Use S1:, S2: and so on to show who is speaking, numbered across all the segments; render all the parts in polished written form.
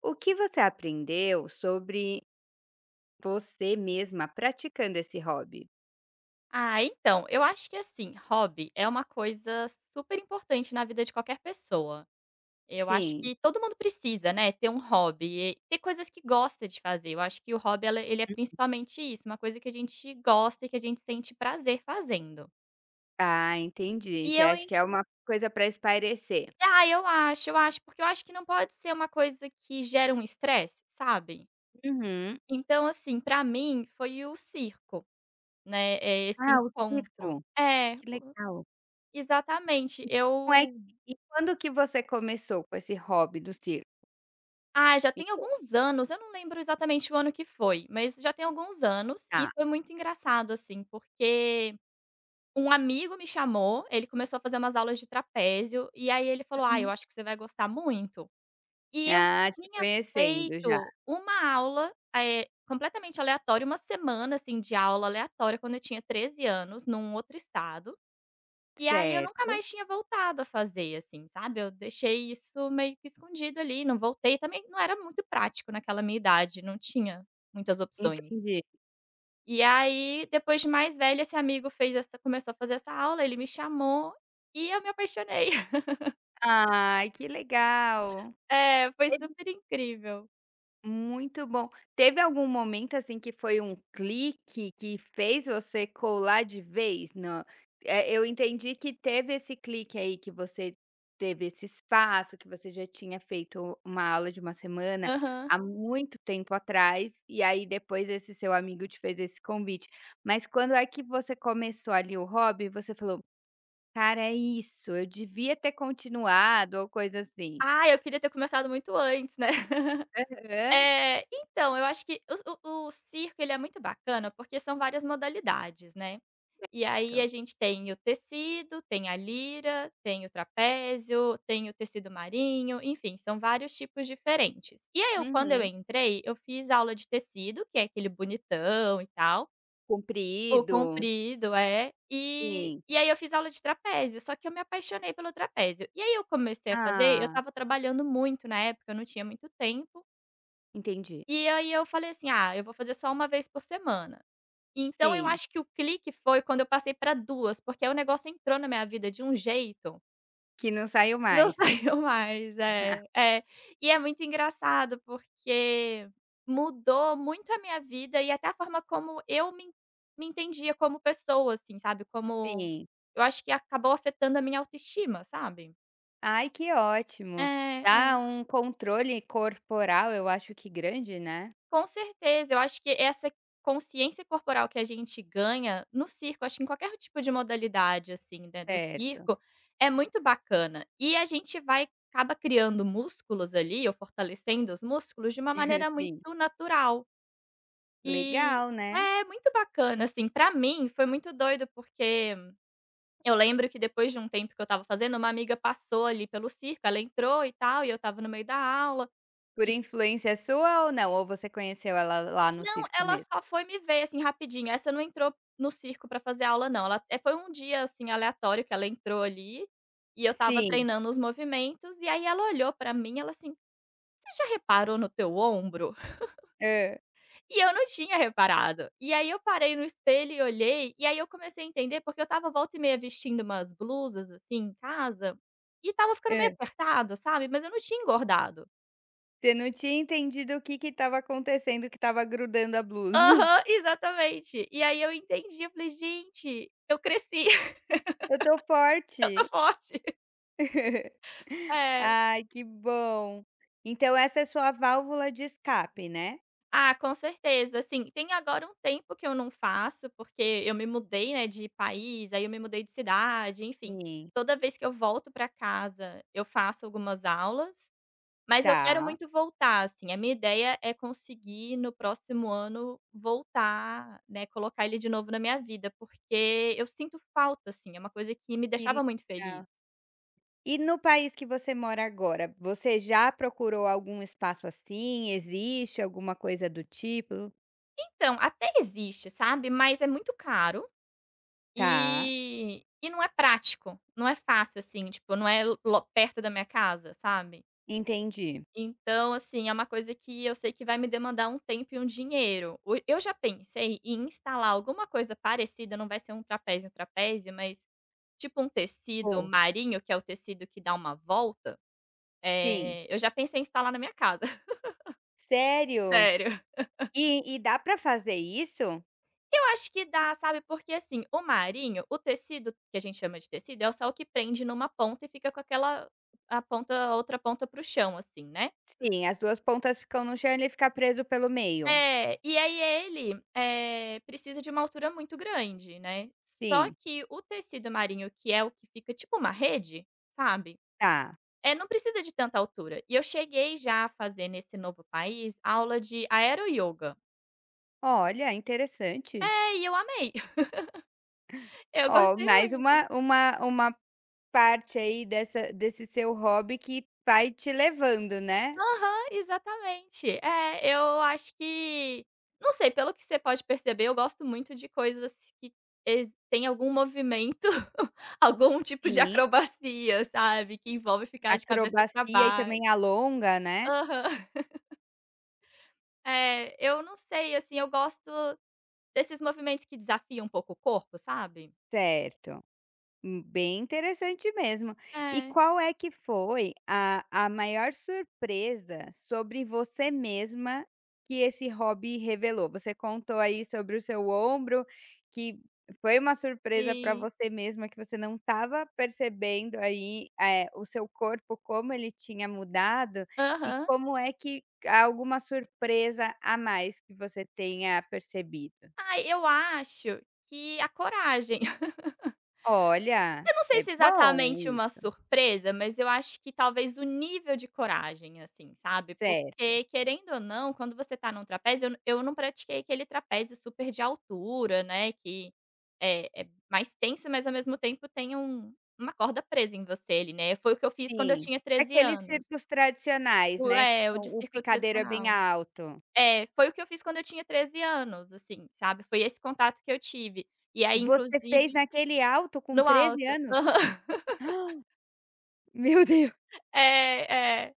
S1: O que você aprendeu sobre você mesma praticando esse hobby?
S2: Ah, então, eu acho que assim, hobby é uma coisa super importante na vida de qualquer pessoa. Eu acho
S1: Sim.
S2: que todo mundo precisa, né, ter um hobby, e ter coisas que gosta de fazer. Eu acho que o hobby, ela ele é principalmente isso, uma coisa que a gente gosta e que a gente sente prazer fazendo.
S1: Ah, entendi.
S2: E
S1: Você
S2: eu
S1: acha
S2: en
S1: que é uma coisa para espairecer?
S2: eu acho, porque eu acho que não pode ser uma coisa que gera um estresse, sabe.
S1: Uhum.
S2: Então assim, pra mim foi o circo, né, esse
S1: Ah, o
S2: encontro.
S1: circo,
S2: É,
S1: que
S2: o
S1: legal.
S2: exatamente,
S1: E como é que
S2: eu.
S1: e quando que você começou com esse hobby do circo?
S2: Ah, já
S1: Me
S2: tem
S1: conta.
S2: alguns anos, eu não lembro exatamente o ano que foi, mas já tem alguns anos e
S1: Tá.
S2: foi muito engraçado, assim, porque um amigo me chamou, ele começou a fazer umas aulas de trapézio, e aí ele falou: "Ah,
S1: Uhum.
S2: eu acho que você vai gostar muito". E eu
S1: Ah, te
S2: tinha
S1: conhecendo já.
S2: feito uma aula, completamente aleatória, uma semana, assim, de aula aleatória quando eu tinha 13 anos, num outro estado. E aí eu nunca
S1: Certo,
S2: mais tinha voltado a fazer, assim, sabe, eu deixei isso meio que escondido ali, não voltei, também não era muito prático naquela minha idade, não tinha muitas opções.
S1: entendi.
S2: E aí depois de mais velha esse amigo fez essa começou a fazer essa aula, ele me chamou e eu me apaixonei.
S1: Ai, que legal.
S2: É, foi super incrível.
S1: Muito bom. Teve algum momento, assim, que foi um clique que fez você colar de vez? Não, eu entendi que teve esse clique aí, que você teve esse espaço, que você já tinha feito uma aula de uma semana
S2: Aham.
S1: há muito tempo atrás, e aí depois esse seu amigo te fez esse convite. Mas quando é que você começou ali o hobby, você falou: "Cara, é isso, eu devia ter continuado", ou coisa assim?
S2: Ah, eu queria ter começado muito antes, né.
S1: Aham.
S2: Então, eu acho que o circo ele é muito bacana, porque são várias modalidades, né. E aí a
S1: Então.
S2: gente tem o tecido, tem a lira, tem o trapézio, tem o tecido marinho, enfim, são vários tipos diferentes. E aí eu quando eu
S1: Uhum.
S2: entrei, eu fiz aula de tecido, que é aquele bonitão e tal, o
S1: Cumprido.
S2: comprido, é, e
S1: Sim.
S2: e aí eu fiz aula de trapézio, só que eu me apaixonei pelo trapézio. E aí eu comecei a fazer eu
S1: Ah.
S2: estava trabalhando muito na época, eu não tinha muito tempo,
S1: Entendi.
S2: e aí eu falei assim: "Ah, eu vou fazer só uma vez por semana". Então eu
S1: Sim,
S2: acho que o clique foi quando eu passei pra duas, porque aí o negócio entrou na minha vida de um jeito,
S1: que não saiu
S2: não
S1: mais.
S2: saiu mais. É, é. E é muito engraçado, porque mudou muito a minha vida e até a forma como me entendia como pessoa, assim, sabe, como
S1: Sim.
S2: eu acho que acabou afetando a minha autoestima, sabe.
S1: Ai, que
S2: É,
S1: ótimo.
S2: é.
S1: Dá um controle corporal, eu acho que grande, né.
S2: Com certeza, eu acho que essa consciência corporal que a gente ganha no circo, acho que em qualquer tipo de modalidade, assim, né, do
S1: Certo.
S2: circo, é muito bacana. E a gente vai acaba criando músculos ali, ou fortalecendo os músculos de uma maneira muito
S1: Sim.
S2: natural. E
S1: Legal, né.
S2: é muito bacana, assim, pra mim foi muito doido, porque eu lembro que depois de um tempo que eu estava fazendo, uma amiga passou ali pelo circo, ela entrou e tal, e eu estava no meio da aula.
S1: Por influência sua ou não? Ou você conheceu ela lá no
S2: Não,
S1: circo
S2: ela
S1: mesmo?
S2: só foi me ver, assim, rapidinho. Essa não entrou no circo pra fazer aula não, ela foi um dia, assim, aleatório que ela entrou ali, e eu estava
S1: Sim.
S2: treinando os movimentos, e aí ela olhou pra mim, ela assim: "Você já reparou no teu ombro?"
S1: Hã,
S2: E eu não tinha reparado. E aí eu parei no espelho e olhei, e aí eu comecei a entender, porque eu estava volta e meia vestindo umas blusas, assim, em casa, e estava ficando meio
S1: hã.
S2: apertado, sabe, mas eu não tinha engordado.
S1: Você não tinha entendido o que que estava acontecendo, que estava grudando a blusa.
S2: Aham, exatamente. E aí eu entendi, eu falei: "Gente, eu cresci,
S1: "Eu tô
S2: eu tô
S1: forte".
S2: forte". É.
S1: Ai, que bom. Então essa é sua válvula de escape, né?
S2: Ah, com certeza. Assim, tem agora um tempo que eu não faço, porque eu me mudei, né, de país, aí eu me mudei de cidade, enfim.
S1: Sim,
S2: Toda vez que eu volto para casa, eu faço algumas aulas, mas eu quero
S1: tá,
S2: muito voltar, assim. A minha ideia é conseguir no próximo ano voltar, né, colocar ele de novo na minha vida, porque eu sinto falta, assim, é uma coisa que me
S1: que
S2: deixava muito feliz.
S1: legal. E no país que você mora agora, você já procurou algum espaço assim? Existe alguma coisa do tipo?
S2: Então, até existe, sabe, mas é muito caro.
S1: Tá,
S2: E não é prático, não é fácil, assim, tipo, não é lo perto da minha casa, sabe.
S1: entendi.
S2: Então, assim, é uma coisa que eu sei que vai me demandar um tempo e um dinheiro. O eu já pensei em instalar alguma coisa parecida, não vai ser um trapézio, mas tipo um tecido
S1: Pô,
S2: marinho, que é o tecido que dá uma volta,
S1: sim.
S2: eu já pensei em instalar na minha casa,
S1: Sério?
S2: sério.
S1: E dá pra fazer isso?
S2: Eu acho que dá, sabe, porque assim, o marinho, o tecido que a gente chama de tecido, é o só que prende numa ponta e fica com aquela a outra ponta para o chão, assim, né.
S1: Sim, as duas pontas ficam no chão, e ele fica preso pelo meio.
S2: É, e aí ele, precisa de uma altura muito grande, né. Só
S1: Sim,
S2: que o tecido marinho, que é o que fica tipo uma rede, sabe,
S1: tá.
S2: é, não precisa de tanta altura. E eu cheguei já a fazer nesse novo país aula de aeroyoga.
S1: Olha, interessante.
S2: É, e eu amei, eu
S1: Ó,
S2: gostei
S1: mais
S2: muito.
S1: uma parte aí dessa desse seu hobby que vai te levando, né.
S2: Aham, exatamente. É, eu acho que não sei, pelo que você pode perceber, eu gosto muito de coisas que ex tem algum movimento, algum tipo de
S1: Sim.
S2: acrobacia, sabe, que envolve ficar de cabeça para
S1: Acrobacia e também
S2: baixo.
S1: alonga, né.
S2: Aham. É, eu não sei, assim, eu gosto desses movimentos que desafiam um pouco o corpo, sabe.
S1: Certo. Bem interessante mesmo. E
S2: É,
S1: qual é que foi a maior surpresa sobre você mesma que esse hobby revelou? Você contou aí sobre o seu ombro, que foi uma surpresa para
S2: sim.
S1: você mesma que você não estava percebendo aí, o seu corpo como ele tinha mudado, e
S2: Aham.
S1: como é que há alguma surpresa a mais que você tenha percebido?
S2: Ai, eu acho que a coragem.
S1: Olha,
S2: Eu não
S1: é
S2: sei se é
S1: bom
S2: exatamente uma
S1: isso,
S2: surpresa, mas eu acho que talvez o nível de coragem, assim, sabe,
S1: certo.
S2: porque querendo ou não, quando você tá num trapézio, eu não pratiquei aquele trapézio super de altura, né, que é mais tenso, mas ao mesmo tempo tem uma corda presa em você ali, né, foi o que eu fiz quando eu
S1: Sim,
S2: tinha 13
S1: aqueles
S2: anos.
S1: circos tradicionais,
S2: O
S1: né, que
S2: é, o
S1: são
S2: de
S1: o
S2: circo
S1: picadeiro é bem
S2: tradicional.
S1: alto.
S2: É, foi o que eu fiz quando eu tinha 13 anos, assim, sabe, foi esse contato que eu tive. E aí
S1: Você fez
S2: inclusive
S1: naquele alto com
S2: no
S1: 13
S2: alto.
S1: anos? Meu Deus!
S2: É, é.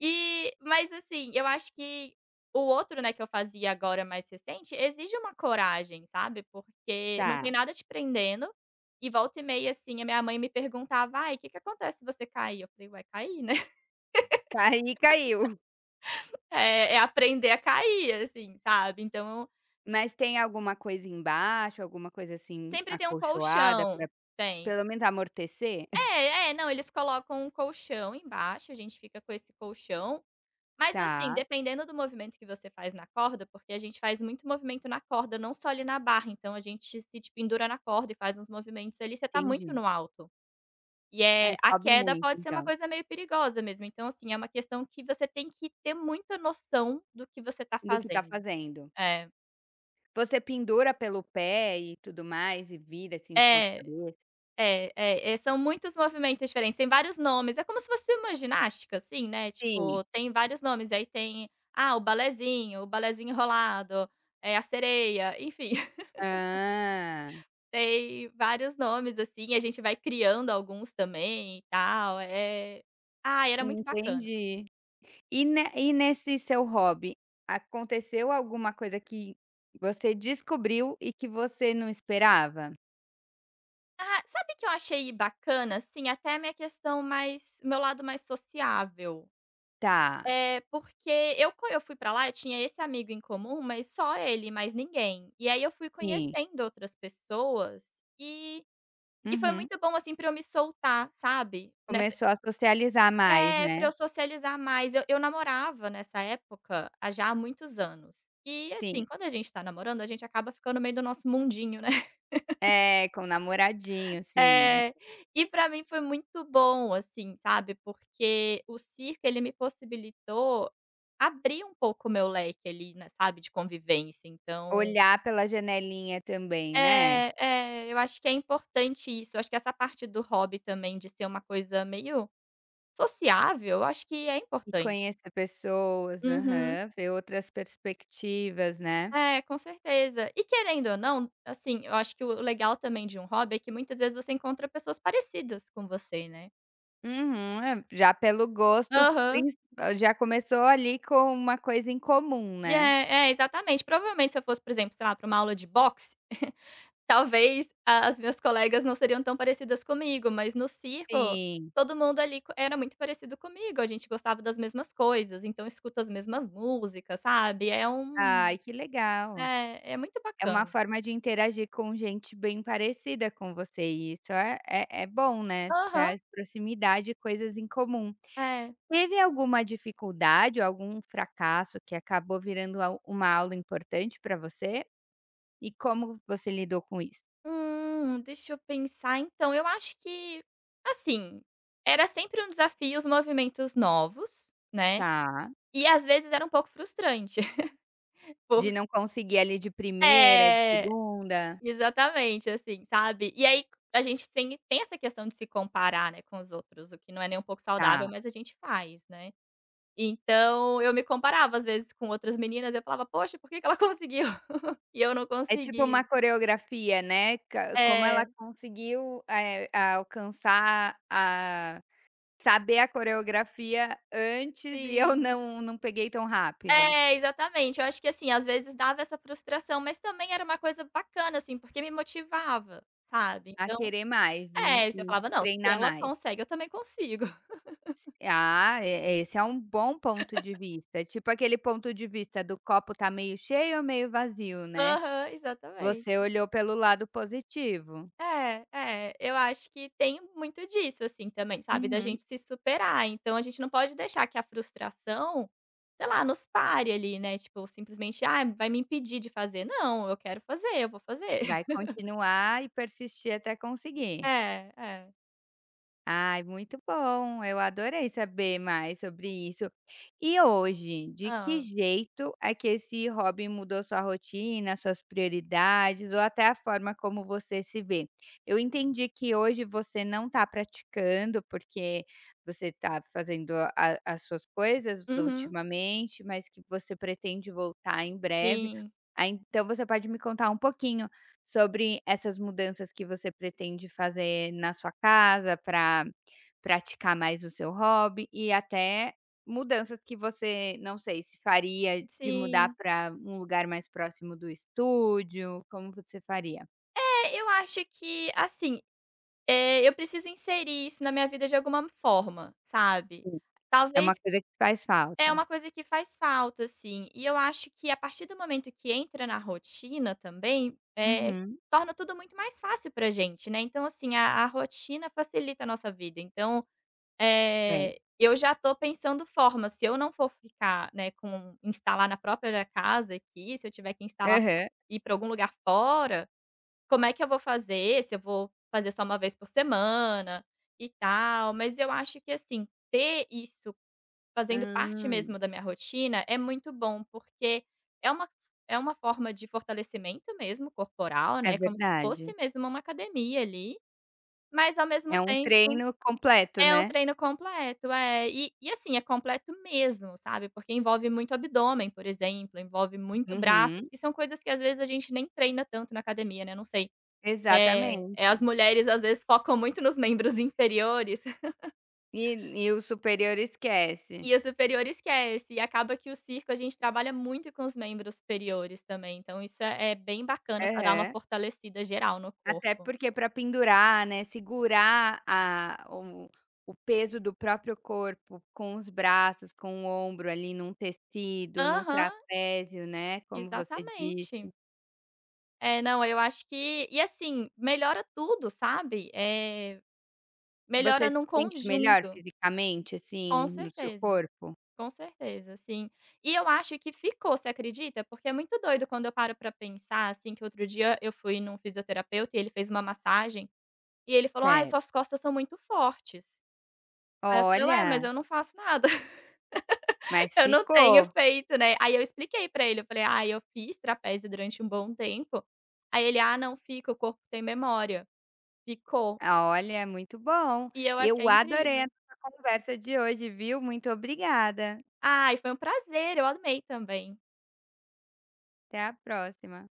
S2: Mas assim, eu acho que o outro, né, que eu fazia agora mais recente, exige uma coragem, sabe, porque não tem
S1: Tá,
S2: nada te prendendo, e volta e meia, assim, a minha mãe me perguntava: "Ai, o que que acontece se você cair?" Eu falei: "Uai, cair né".
S1: caí, caiu.
S2: É aprender a cair, assim, sabe, então
S1: Mas tem alguma coisa embaixo, alguma coisa assim
S2: sempre tem um
S1: acolchoada pra
S2: colchão. Tem.
S1: pelo menos amortecer?
S2: É, é, não, eles colocam um colchão embaixo, a gente fica com esse colchão. Mas assim,
S1: Tá,
S2: dependendo do movimento que você faz na corda, porque a gente faz muito movimento na corda, não só ali na barra, então a gente se te pendura na corda e faz uns movimentos ali, você tá muito
S1: entendi.
S2: no alto. E,
S1: É,
S2: a
S1: sobe
S2: queda
S1: muito
S2: pode ser uma
S1: então,
S2: coisa meio perigosa mesmo, então assim, é uma questão que você tem que ter muita noção do que você tá
S1: do que tá
S2: fazendo.
S1: fazendo.
S2: É.
S1: Você pendura pelo pé e tudo mais e vira assim de ponta
S2: É,
S1: cabeça?
S2: é, são muitos movimentos diferentes, tem vários nomes, é como se fosse uma ginástica, assim, né,
S1: Sim.
S2: tipo, tem vários nomes, aí tem, ah, o balezinho enrolado, a sereia, enfim.
S1: Ah,
S2: Tem vários nomes, assim, a gente vai criando alguns também e tal, ah, era muito bacana.
S1: entendi. E ne e nesse seu hobby, aconteceu alguma coisa que você descobriu e que você não esperava?
S2: Ah, sabe que eu achei bacana, assim, até a minha questão mais meu lado mais sociável.
S1: Tá,
S2: É porque eu quando eu fui pra lá, eu tinha esse amigo em comum, mas só ele, mais ninguém. E aí eu fui
S1: sim.
S2: conhecendo outras pessoas e e foi
S1: Uhum.
S2: muito bom, assim, pra eu me soltar, sabe, nessa.
S1: Começou a socializar mais,
S2: É,
S1: né?
S2: pra eu socializar mais. Eu namorava nessa época, há muitos anos. E,
S1: Sim.
S2: assim, quando a gente tá namorando, a gente acaba ficando meio do nosso mundinho, né.
S1: É, com o namoradinho, sim.
S2: Eh, e pra mim foi muito bom, assim, sabe, porque o circo, ele me possibilitou abrir um pouco o meu leque ali, né, sabe, de convivência. Então
S1: Olhar pela janelinha também, né?
S2: é, é, eu acho que é importante isso. Eu acho que essa parte do hobby também, de ser uma coisa meio sociável, eu acho que é
S1: E
S2: importante.
S1: conhecer pessoas,
S2: Uhum.
S1: aham, ver outras perspectivas, né?
S2: É, com certeza. E querendo ou não, assim, eu acho que o legal também de um hobby é que muitas vezes você encontra pessoas parecidas com você, né.
S1: Uhum. É, já pelo gosto,
S2: Aham.
S1: princ ah, já começou ali com uma coisa em comum, né.
S2: É, exatamente. Provavelmente se eu fosse, por exemplo, sei lá, para uma aula de boxe, talvez a as minhas colegas não seriam tão parecidas comigo, mas no circo,
S1: Sim.
S2: todo mundo ali co era muito parecido comigo, a gente gostava das mesmas coisas, então escuta as mesmas músicas, sabe.
S1: Ai, que legal.
S2: É, é muito
S1: É uma
S2: bacana.
S1: forma de interagir com gente bem parecida com você e isso é bom, né,
S2: Aham,
S1: traz proximidade e coisas em comum.
S2: é.
S1: Teve alguma dificuldade ou algum fracasso que acabou virando a uma aula importante para você? E como você lidou com isso?
S2: Deixa eu pensar. Então, eu acho que, assim, era sempre um desafio os movimentos novos, né,
S1: Tá.
S2: e às vezes era um pouco frustrante,
S1: De
S2: porque
S1: não conseguir ali de primeira, de
S2: é,
S1: segunda?
S2: exatamente, assim, sabe. E aí a gente tem tem essa questão de se comparar, né, com os outros, o que não é nem um pouco saudável,
S1: Tá.
S2: mas a gente faz, né. Então eu me comparava às vezes com outras meninas, eu falava: "Poxa, por que que ela conseguiu e eu não
S1: É tipo uma
S2: consegui?"
S1: coreografia, né, ca como ela
S2: É,
S1: conseguiu, alcançar a saber a coreografia antes e eu
S2: sim.
S1: não peguei tão rápido.
S2: É, exatamente. Eu acho que, assim, às vezes dava essa frustração, mas também era uma coisa bacana, assim, porque me motivava, sabe.
S1: A
S2: Então
S1: querer mais e
S2: é, se
S1: e
S2: eu falava: "Não, se
S1: treinar
S2: ela
S1: mais.
S2: consegue, eu também consigo".
S1: Ah, é, esse é um bom ponto de vista, tipo aquele ponto de vista do copo tá meio cheio ou meio vazio, né.
S2: Aham,
S1: Você
S2: exatamente.
S1: olhou pelo lado positivo.
S2: É, é. Eu acho que tem muito disso, assim, também, sabe, da
S1: Uhum.
S2: gente se superar. Então a gente não pode deixar que a frustração, sei lá, nos pare ali, né, tipo, simplesmente: "Ah, vai me impedir de fazer". Não, eu quero fazer, eu vou fazer.
S1: Vai continuar e persistir até conseguir.
S2: É, é.
S1: Ai, muito bom, eu adorei saber mais sobre isso. E hoje, de que
S2: Ah,
S1: jeito é que esse hobby mudou sua rotina, suas prioridades ou até a forma como você se vê? Eu entendi que hoje você não está praticando, porque você está fazendo a as suas coisas
S2: uhum.
S1: ultimamente, mas que você pretende voltar em breve.
S2: Sim,
S1: Ah, então você pode me contar um pouquinho sobre essas mudanças que você pretende fazer na sua casa para praticar mais o seu hobby e até mudanças que você, não sei, se faria de mudar
S2: sim.
S1: para um lugar mais próximo do estúdio, como você faria?
S2: É, eu acho que, assim, eu preciso inserir isso na minha vida de alguma forma, sabe.
S1: Sim. É uma
S2: Talvez
S1: coisa que faz
S2: é
S1: falta.
S2: uma coisa que faz falta, assim. E eu acho que a partir do momento que entra na rotina também,
S1: Uhum.
S2: torna tudo muito mais fácil pra gente, né. Então, assim, a rotina facilita a nossa vida. Então,
S1: É.
S2: eu já tô pensando formas, se eu não for ficar, né, com instalar na própria casa aqui, se eu tiver que instalar fo
S1: Aham.
S2: ir pra algum lugar fora como é que eu vou fazer, se eu vou fazer só uma vez por semana e tal. Mas eu acho que, assim, ter isso fazendo parte
S1: Hã,
S2: mesmo da minha rotina é muito bom, porque é uma é uma forma de fortalecimento mesmo corporal,
S1: é
S2: né, como se fosse
S1: verdade.
S2: mesmo uma academia ali, mas ao mesmo
S1: É um
S2: tempo
S1: treino completo,
S2: é um
S1: né?
S2: treino completo, é. E assim, é completo mesmo, sabe, porque envolve muito abdômen, por exemplo, envolve muito braço,
S1: Uhum.
S2: que são coisas que às vezes a gente nem treina tanto na academia, né, não sei. As
S1: Exatamente.
S2: mulheres às vezes focam muito nos membros inferiores
S1: E e o superior esquece.
S2: e os superiores esquece, e acaba que o circo a gente trabalha muito com os membros superiores também, então isso é bem bacana para dar uma
S1: Aham.
S2: fortalecida geral no
S1: Até
S2: corpo.
S1: porque para pendurar, né, segurar a o peso do próprio corpo com os braços, com o ombro ali num tecido, no
S2: Aham,
S1: trapézio, né, como você disse.
S2: exatamente. É, não, eu acho que assim, melhora tudo, sabe,
S1: Você
S2: melhora
S1: se
S2: num
S1: sente melhor
S2: conjunto.
S1: fisicamente, assim,
S2: Com
S1: no seu
S2: certeza.
S1: corpo?
S2: Com certeza, sim. E eu acho que ficou, você acredita? Porque é muito doido quando eu paro pra pensar, assim, que outro dia eu fui num fisioterapeuta e ele fez uma massagem, e ele falou: "Ai,
S1: Certo.
S2: suas costas são muito fortes". Aí eu falei: "Ué, mas
S1: Olha,
S2: eu não faço nada,
S1: mas
S2: eu não tenho
S1: ficou.
S2: feito, né". Aí eu expliquei pra ele, eu falei: "Ah, eu fiz trapézio durante um bom tempo". Aí ele: "Ah, não fica, o corpo tem memória". Ficou.
S1: Olha, muito bom.
S2: E eu
S1: Eu
S2: achei
S1: adorei
S2: incrível.
S1: a nossa conversa de hoje, viu. Muito obrigada.
S2: Ai, foi um prazer, eu amei também.
S1: Até a próxima.